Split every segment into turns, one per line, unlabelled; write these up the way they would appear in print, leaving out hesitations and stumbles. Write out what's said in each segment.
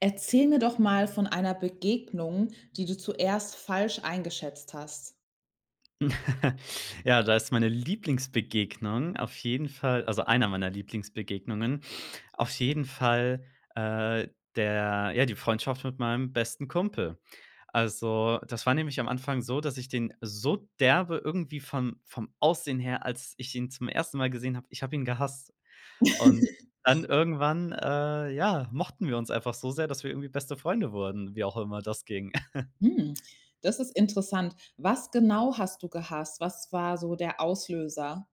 Erzähl mir doch mal von einer Begegnung, die du zuerst falsch eingeschätzt hast.
Ja, da ist meine Lieblingsbegegnung auf jeden Fall, also einer meiner Lieblingsbegegnungen, auf jeden Fall, äh, der ja, die Freundschaft mit meinem besten Kumpel. Also, das war nämlich am Anfang so, dass ich den so derbe irgendwie vom Aussehen her, als ich ihn zum ersten Mal gesehen habe, ich habe ihn gehasst. Und dann irgendwann, ja, mochten wir uns einfach so sehr, dass wir irgendwie beste Freunde wurden, wie auch immer das ging.
Hm, das ist interessant. Was genau hast du gehasst? Was war so der Auslöser?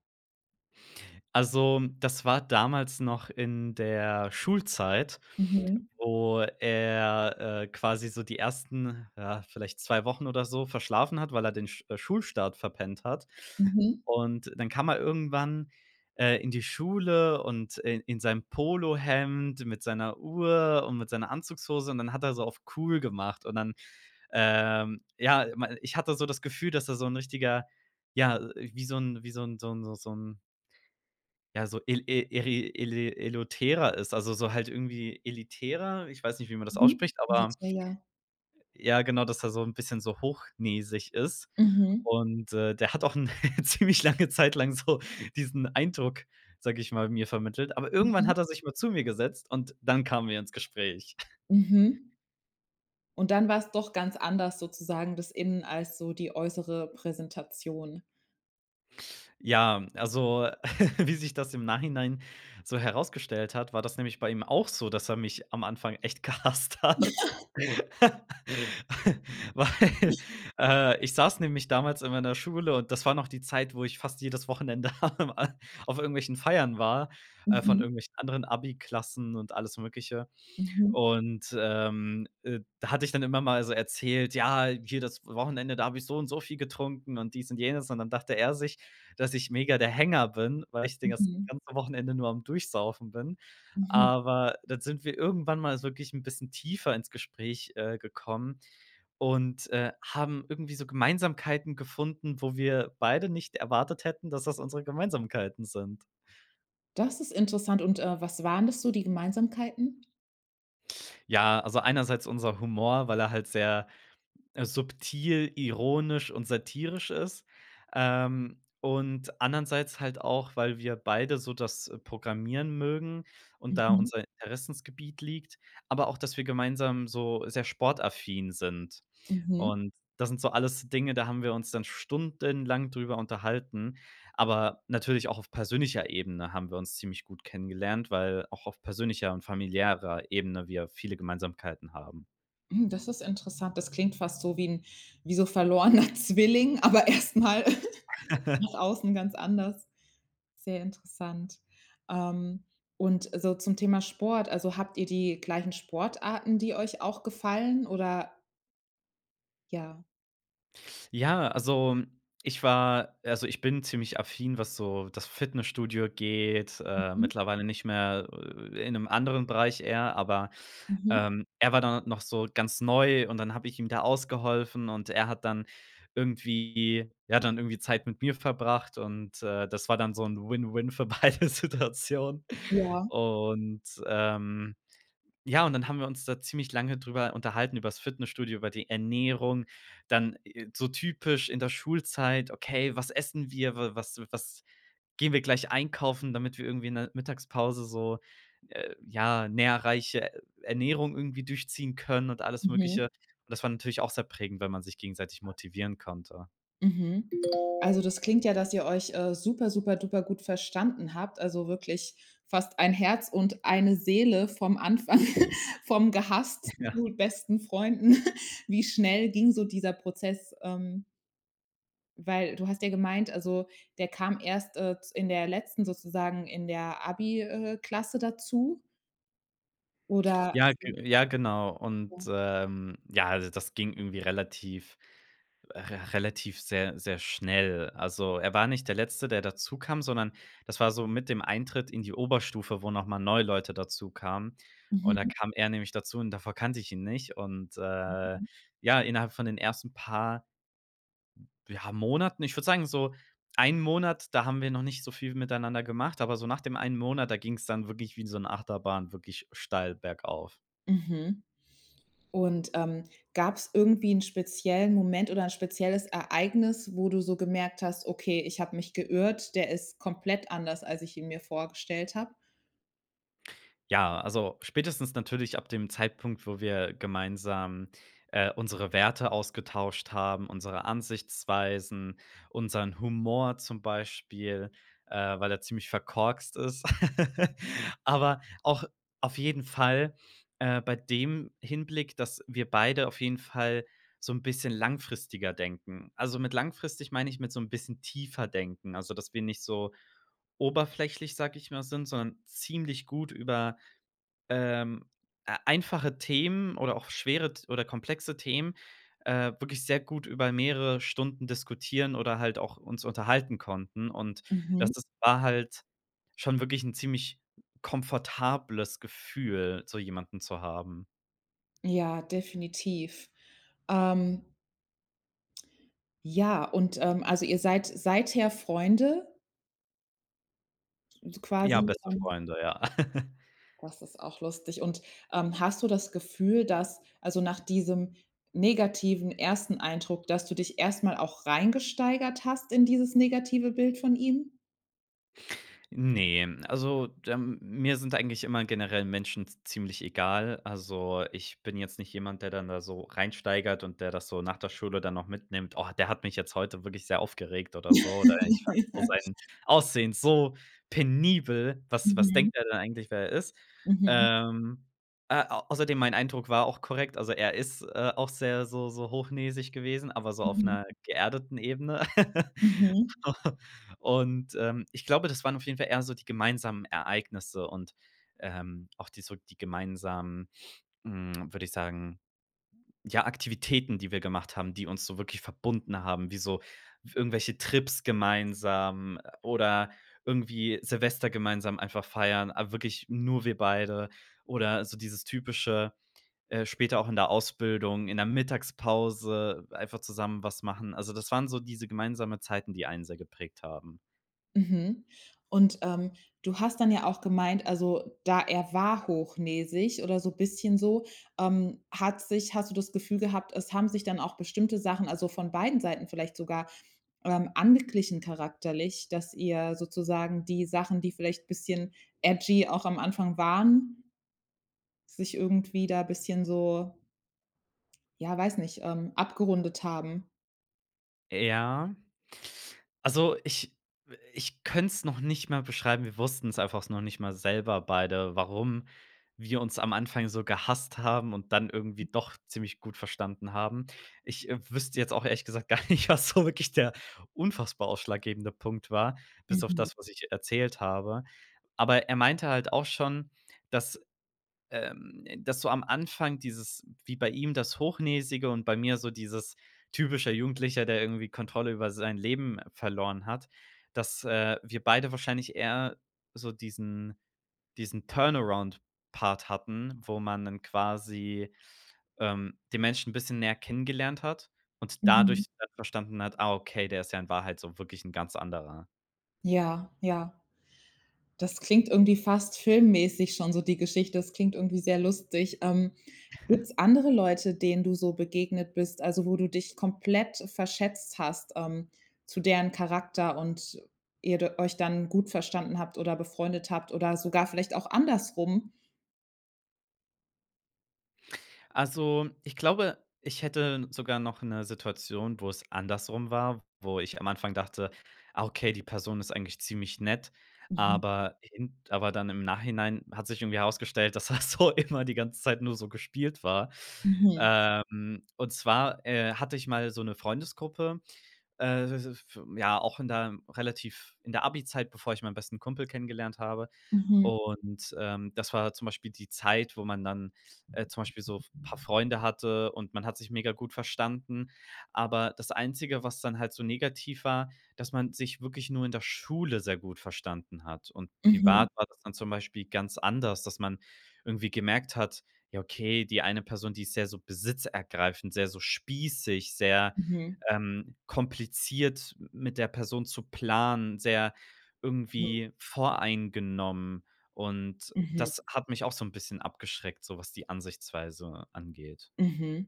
Also, das war damals noch in der Schulzeit,
Mhm,
wo er, quasi so die ersten, ja, vielleicht 2 Wochen oder so verschlafen hat, weil er den Schulstart verpennt hat.
mhm,
Und dann kam er irgendwann, in die Schule und in seinem Polohemd mit seiner Uhr und mit seiner Anzugshose und dann hat er so auf cool gemacht und dann, ja, ma ich hatte so das Gefühl, dass er so ein richtiger ja, wie so ein so ein so so ein ja, so el el eri ele elotärer ist, also, so halt irgendwie elitärer. Ich weiß nicht, wie man das
mhm.
ausspricht, aber
Militär, ja.
ja, genau, dass er so 'n bisschen so hochnäsig ist.
Mhm,
Und, der hat auch 'n ziemlich lange Zeit lang so diesen Eindruck, sage ich mal, mir vermittelt. Aber irgendwann
mhm,
hat er sich mal zu mir gesetzt und dann kamen wir ins Gespräch.
mhm. Und dann war es doch ganz anders sozusagen das Innen als so die äußere Präsentation.
Ja, also wie sich das im Nachhinein so herausgestellt hat, war das nämlich bei ihm auch so, dass er mich am Anfang echt gehasst hat. Weil, ich saß nämlich damals in meiner Schule und das war noch die Zeit, wo ich fast jedes Wochenende am auf irgendwelchen Feiern war, von
Mhm,
irgendwelchen anderen Abi-Klassen und alles Mögliche.
mhm,
Und, da hatte ich dann immer mal so erzählt: „Ja, hier das Wochenende, da habe ich so und so viel getrunken und dies und jenes.“ Und dann dachte er sich, dass ich mega der Hänger bin, weil ich den das
mhm,
ganze Wochenende nur am Durchsaufen bin.
mhm.
Aber dann sind wir irgendwann mal wirklich ein bisschen tiefer ins Gespräch, gekommen und, haben irgendwie so Gemeinsamkeiten gefunden, wo wir beide nicht erwartet hätten, dass das unsere Gemeinsamkeiten sind.
Das ist interessant und, was waren das so die Gemeinsamkeiten?
Ja, also einerseits unser Humor, weil er halt sehr subtil, ironisch und satirisch ist. Und andererseits halt auch, weil wir beide so das, Programmieren mögen und da
Mhm,
unser Interessensgebiet liegt, aber auch, dass wir gemeinsam so sehr sportaffin sind.
mhm.
Und das sind so alles Dinge, da haben wir uns dann stundenlang drüber unterhalten. Aber natürlich auch auf persönlicher Ebene haben wir uns ziemlich gut kennengelernt, weil auch auf persönlicher und familiärer Ebene wir viele Gemeinsamkeiten haben.
Hm, das ist interessant. Das klingt fast so wie so verlorener Zwilling, aber erst mal nach außen ganz anders. Sehr interessant. Ähm, und so zum Thema Sport, also, habt ihr die gleichen Sportarten, die euch auch gefallen oder ja.
Ja, also ich war also ich bin ziemlich affin, was so das Fitnessstudio geht,
Mhm,
mittlerweile nicht mehr, in einem anderen Bereich eher, aber,
mhm.
er war dann noch so ganz neu und dann habe ich ihm da ausgeholfen und er hat dann irgendwie ja, dann irgendwie Zeit mit mir verbracht und, das war dann so ein Win-Win für beide Situationen
Ja,
und, ja, und dann haben wir uns da ziemlich lange drüber unterhalten, über das Fitnessstudio, über die Ernährung, dann, so typisch in der Schulzeit: „Okay, was essen wir? Wa was was gehen wir gleich einkaufen, damit wir irgendwie in der Mittagspause so, ja, nährreiche Ernährung irgendwie durchziehen können“ und alles Mögliche.
mhm.
Und das war natürlich auch sehr prägend, weil man sich gegenseitig motivieren konnte.
Mhm. Also, das klingt ja, dass ihr euch, super, super duper gut verstanden habt, also wirklich fast ein Herz und eine Seele vom Anfang vom gehasst
Ja.
zu besten Freunden. Wie schnell ging so dieser Prozess? Weil du hast ja gemeint, also, der kam erst, z in der letzten sozusagen in der Abi Klasse dazu oder
Ja, ge ja, genau. Und,
also
ja, also das ging irgendwie relativ sehr schnell. Also, er war nicht der Letzte, der dazu kam, sondern das war so mit dem Eintritt in die Oberstufe, wo noch mal neue Leute dazu kamen.
mhm,
Und da kam er nämlich dazu und davor kannte ich ihn nicht. Und,
mhm,
ja, innerhalb von den ersten paar, ja, Monaten, ich würde sagen, so ein Monat, da haben wir noch nicht so viel miteinander gemacht, aber so nach dem einen Monat, da ging es dann wirklich wie so 'ne Achterbahn wirklich steil bergauf.
mhm. Und, gab es irgendwie einen speziellen Moment oder ein spezielles Ereignis, wo du so gemerkt hast: „Okay, ich habe mich geirrt, der ist komplett anders, als ich ihn mir vorgestellt habe?"
Ja, also spätestens natürlich ab dem Zeitpunkt, wo wir gemeinsam, unsere Werte ausgetauscht haben, unsere Ansichtsweisen, unseren Humor zum Beispiel, weil er ziemlich verkorkst ist. Aber auch auf jeden Fall, bei dem Hinblick, dass wir beide auf jeden Fall so ein bisschen langfristiger denken. Also, mit langfristig meine ich mit so ein bisschen tiefer denken, also, dass wir nicht so oberflächlich, sage ich mal, sind, sondern ziemlich gut über ähm, e einfache Themen oder auch schwere T oder komplexe Themen, wirklich sehr gut über mehrere Stunden diskutieren oder halt auch uns unterhalten konnten. Und das
Mhm.
ist war halt schon wirklich ein ziemlich komfortables Gefühl, so jemanden zu haben.
Ja, definitiv. Ähm Ja, und, also ihr seid seither Freunde
Ja,
quasi,
beste Freunde, ja.
das ist auch lustig. Und, hast du das Gefühl, dass also nach diesem negativen ersten Eindruck, dass du dich erstmal auch reingesteigert hast in dieses negative Bild von ihm?
Ne, also, da mir sind eigentlich immer generell Menschen z ziemlich egal. Also, ich bin jetzt nicht jemand, der dann da so reinsteigert und der das so nach der Schule dann noch mitnimmt: „Oh, der hat mich jetzt heute wirklich sehr aufgeregt“ oder so. Oder ich fand so sein Aussehen so penibel. Was
Mhm,
denkt er denn eigentlich, wer er ist?
mhm,
Ähm, au außerdem mein Eindruck war auch korrekt. Also, er ist, auch sehr so hochnäsig gewesen, aber so auf
mhm,
einer geerdeten Ebene.
mhm.
Und, ich glaube, das waren auf jeden Fall eher so die gemeinsamen Ereignisse und, auch die gemeinsamen, würde ich sagen, ja, Aktivitäten, die wir gemacht haben, die uns so wirklich verbunden haben, wie so irgendwelche Trips gemeinsam, oder irgendwie Silvester gemeinsam einfach feiern, aber wirklich nur wir beide oder so dieses typische, später auch in der Ausbildung, in der Mittagspause einfach zusammen was machen. Also, das waren so diese gemeinsamen Zeiten, die einen sehr geprägt haben.
Mhm. Und, du hast dann ja auch gemeint, also, da er war hochnäsig oder so ein bisschen so, hat sich hast du das Gefühl gehabt, es haben sich dann auch bestimmte Sachen, also, von beiden Seiten vielleicht sogar, angeglichen charakterlich, dass ihr sozusagen die Sachen, die vielleicht ein bisschen edgy auch am Anfang waren, sich irgendwie da ein bisschen so, ja, weiß nicht, abgerundet haben?
Ja. Also, ich könnte es noch nicht mal beschreiben. Wir wussten es einfach noch nicht mal selber beide, warum wir uns am Anfang so gehasst haben und dann irgendwie doch ziemlich gut verstanden haben. Ich, wüsste jetzt auch ehrlich gesagt gar nicht, was so wirklich der unfassbar ausschlaggebende Punkt war, bis auf
Mhm.
das, was ich erzählt habe. Aber er meinte halt auch schon, dass dass so am Anfang dieses wie bei ihm das Hochnäsige und bei mir so dieses typischer Jugendlicher, der irgendwie Kontrolle über sein Leben verloren hat, dass, wir beide wahrscheinlich eher so diesen Turnaround-Part hatten, wo man dann quasi, den Menschen ein bisschen näher kennengelernt hat und
Mhm.
dadurch dann verstanden hat: „Ah, okay, der ist ja in Wahrheit so wirklich ein ganz anderer.“
Ja, ja. Das klingt irgendwie fast filmmäßig schon so die Geschichte. Das klingt irgendwie sehr lustig. Gibt's andere Leute, denen du so begegnet bist, also wo du dich komplett verschätzt hast, zu deren Charakter und ihr d euch dann gut verstanden habt oder befreundet habt oder sogar vielleicht auch andersrum?
Also, ich glaube, ich hätte sogar noch eine Situation, wo es andersrum war, wo ich am Anfang dachte: „Ah, okay, die Person ist eigentlich ziemlich nett“,
Mhm.
aber dann im Nachhinein hat sich irgendwie herausgestellt, dass das so immer die ganze Zeit nur so gespielt war.
Mhm.
Und zwar, hatte ich mal so eine Freundesgruppe, f ja, auch in der Abi-Zeit, bevor ich meinen besten Kumpel kennengelernt habe.
Mhm.
Und, das war zum Beispiel die Zeit, wo man dann zum Beispiel so ein paar Freunde hatte und man hat sich mega gut verstanden. Aber das Einzige, was dann halt so negativ war, dass man sich wirklich nur in der Schule sehr gut verstanden hat. Und
Mhm.
privat war das dann zum Beispiel ganz anders, dass man irgendwie gemerkt hat, ja, okay, die eine Person, die ist sehr so besitzergreifend, sehr so spießig, sehr
Mhm. Mhm.
kompliziert mit der Person zu planen, sehr
Mhm.
irgendwie voreingenommen. Und
Mhm.
das hat mich auch so ein bisschen abgeschreckt, so was die Ansichtsweise angeht.
Mhm.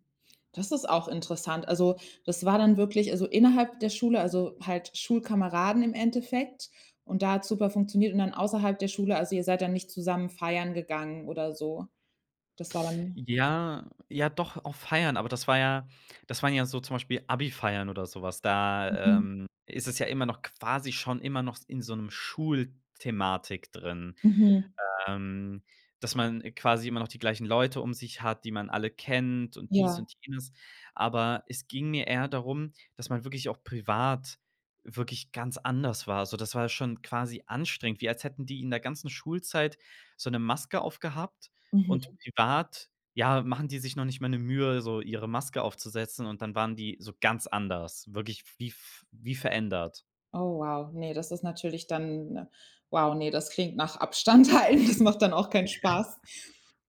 Das ist auch interessant. Also, das war dann wirklich also, innerhalb der Schule, also, halt Schulkameraden im Endeffekt und da hat's super funktioniert und dann außerhalb der Schule also, ihr seid dann nicht zusammen feiern gegangen oder so? Das war dann
Ja, ja doch, auf Feiern, aber das waren ja so zum Beispiel Abi-Feiern oder so was. Da,
mhm,
ist es ja immer noch quasi schon immer noch in so 'nem Schulthematik drin.
mhm,
Ähm, dass man quasi immer noch die gleichen Leute um sich hat, die man alle kennt und dies
ja,
und jenes. Aber es ging mir eher darum, dass man wirklich auch privat wirklich ganz anders war. Also das war schon quasi anstrengend, wie als hätten die in der ganzen Schulzeit so eine Maske aufgehabt
mhm.
und privat, ja, machen die sich noch nicht mal eine Mühe, so ihre Maske aufzusetzen und dann waren die so ganz anders, wirklich wie verändert.
Oh wow, nee, das ist natürlich dann wow, nee, das klingt nach Abstand halten. Das macht dann auch keinen Spaß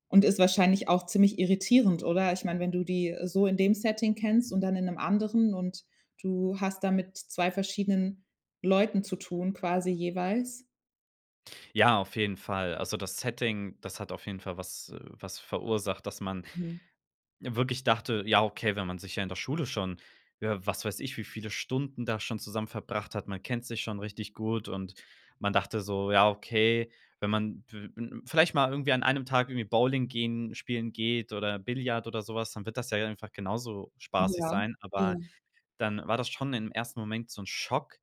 und ist wahrscheinlich auch ziemlich irritierend, oder? Ich meine, wenn du die so in dem Setting kennst und dann in einem anderen und du hast da mit zwei verschiedenen Leuten zu tun quasi jeweils.
Ja, auf jeden Fall. Also, das Setting, das hat auf jeden Fall was was verursacht, dass man
Mhm.
wirklich dachte: „Ja, okay, wenn man sich ja in der Schule schon, ja, was weiß ich, wie viele Stunden da schon zusammen verbracht hat, man kennt sich schon richtig gut“ und man dachte so: „Ja, okay, wenn man w w vielleicht mal irgendwie an einem Tag irgendwie Bowling gehen spielen geht oder Billard oder sowas, dann wird das ja einfach genauso spaßig
Ja,
sein.“
ja,
Aber dann war das schon im ersten Moment so ein Schock,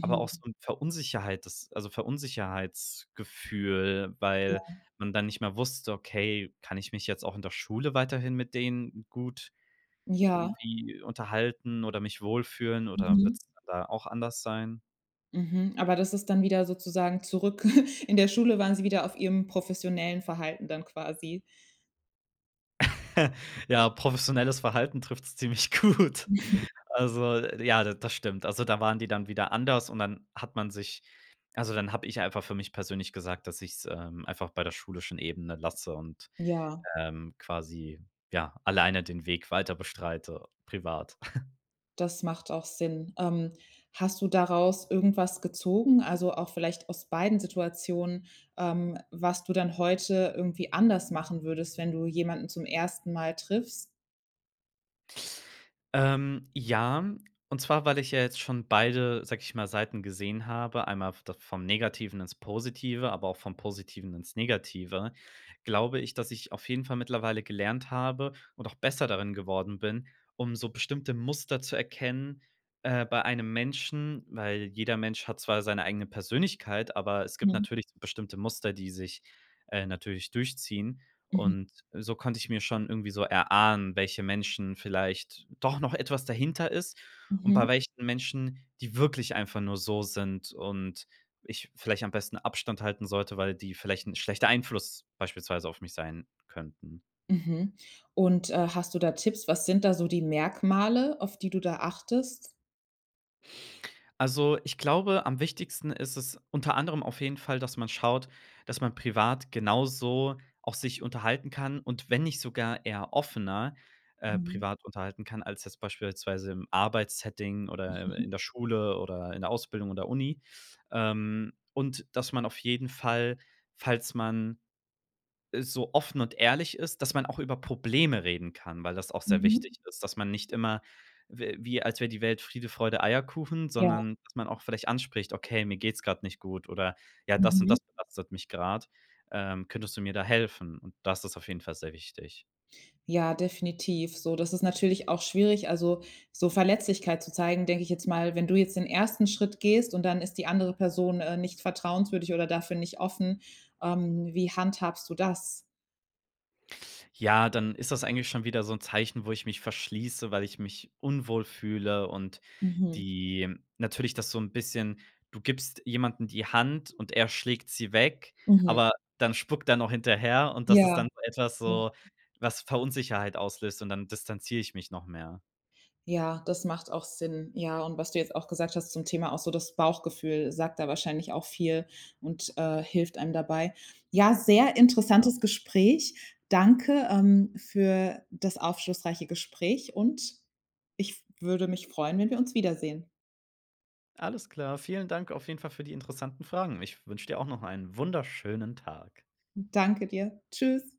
aber auch so 'n Verunsicherheitsgefühl, weil man dann nicht mehr wusste: „Okay, kann ich mich jetzt auch in der Schule weiterhin mit denen gut
ja,
irgendwie unterhalten oder mich wohlfühlen oder
mhm,
wird's da auch anders sein?“
mhm. Aber das ist dann wieder sozusagen zurück in der Schule waren sie wieder auf ihrem professionellen Verhalten dann quasi.
Ja, professionelles Verhalten trifft's ziemlich gut. Also, ja, d das stimmt. Also, da waren die dann wieder anders und dann hat man sich also, dann habe ich einfach für mich persönlich gesagt, dass ich's, einfach bei der schulischen Ebene lasse und
Ja.
quasi, ja, alleine den Weg weiter bestreite, privat.
Das macht auch Sinn. Hast du daraus irgendwas gezogen, also auch vielleicht aus beiden Situationen, was du dann heute irgendwie anders machen würdest, wenn du jemanden zum ersten Mal triffst?
Ja, und zwar, weil ich ja jetzt schon beide, sag ich mal, Seiten gesehen habe, einmal das vom Negativen ins Positive, aber auch vom Positiven ins Negative, glaube ich, dass ich auf jeden Fall mittlerweile gelernt habe und auch besser darin geworden bin, um so bestimmte Muster zu erkennen bei einem Menschen, weil jeder Mensch hat zwar seine eigene Persönlichkeit, aber es gibt
Mhm.
natürlich so bestimmte Muster, die sich natürlich durchziehen.
Mhm.
Und so konnte ich mir schon irgendwie so erahnen, welche Menschen vielleicht doch noch etwas dahinter ist und
Mhm.
bei welchen Menschen, die wirklich einfach nur so sind und ich vielleicht am besten Abstand halten sollte, weil die vielleicht ein schlechter Einfluss beispielsweise auf mich sein könnten.
Mhm. Und, hast du da Tipps? Was sind da so die Merkmale, auf die du da achtest?
Also, ich glaube, am wichtigsten ist es unter anderem auf jeden Fall, dass man schaut, dass man privat genauso auch sich unterhalten kann und wenn nicht sogar eher offener,
Mhm.
privat unterhalten kann, als jetzt beispielsweise im Arbeitssetting oder
Mhm.
in der Schule oder in der Ausbildung oder Uni. Und dass man auf jeden Fall, falls man so offen und ehrlich ist, dass man auch über Probleme reden kann, weil das auch sehr
Mhm.
wichtig ist, dass man nicht immer w wie als wäre die Welt Friede, Freude, Eierkuchen,
Ja.
sondern dass man auch vielleicht anspricht: „Okay, mir geht's gerade nicht gut“ oder „Ja, das und
Mhm.
das belastet mich gerade. Könntest du mir da helfen?“ Und das ist auf jeden Fall sehr wichtig.
Ja, definitiv. So, das ist natürlich auch schwierig, also, so Verletzlichkeit zu zeigen, denke ich jetzt mal, wenn du jetzt den ersten Schritt gehst und dann ist die andere Person, nicht vertrauenswürdig oder dafür nicht offen, wie handhabst du das?
Ja, dann ist das eigentlich schon wieder so ein Zeichen, wo ich mich verschließe, weil ich mich unwohl fühle und
Mhm,
die natürlich das so ein bisschen du gibst jemanden die Hand und er schlägt sie weg,
mhm.
aber dann spuckt er noch hinterher und
Ja,
das ist dann so etwas
ja.
so, was Verunsicherheit auslöst und dann distanziere ich mich noch mehr.
Ja, das macht auch Sinn. Ja, und was du jetzt auch gesagt hast zum Thema auch so das Bauchgefühl sagt da wahrscheinlich auch viel und, hilft einem dabei. Ja, sehr
Genau.
interessantes Gespräch. Danke, für das aufschlussreiche Gespräch und ich würde mich freuen, wenn wir uns wiedersehen.
Alles klar. Vielen Dank auf jeden Fall für die interessanten Fragen. Ich wünsche dir auch noch einen wunderschönen Tag.
Danke dir. Tschüss.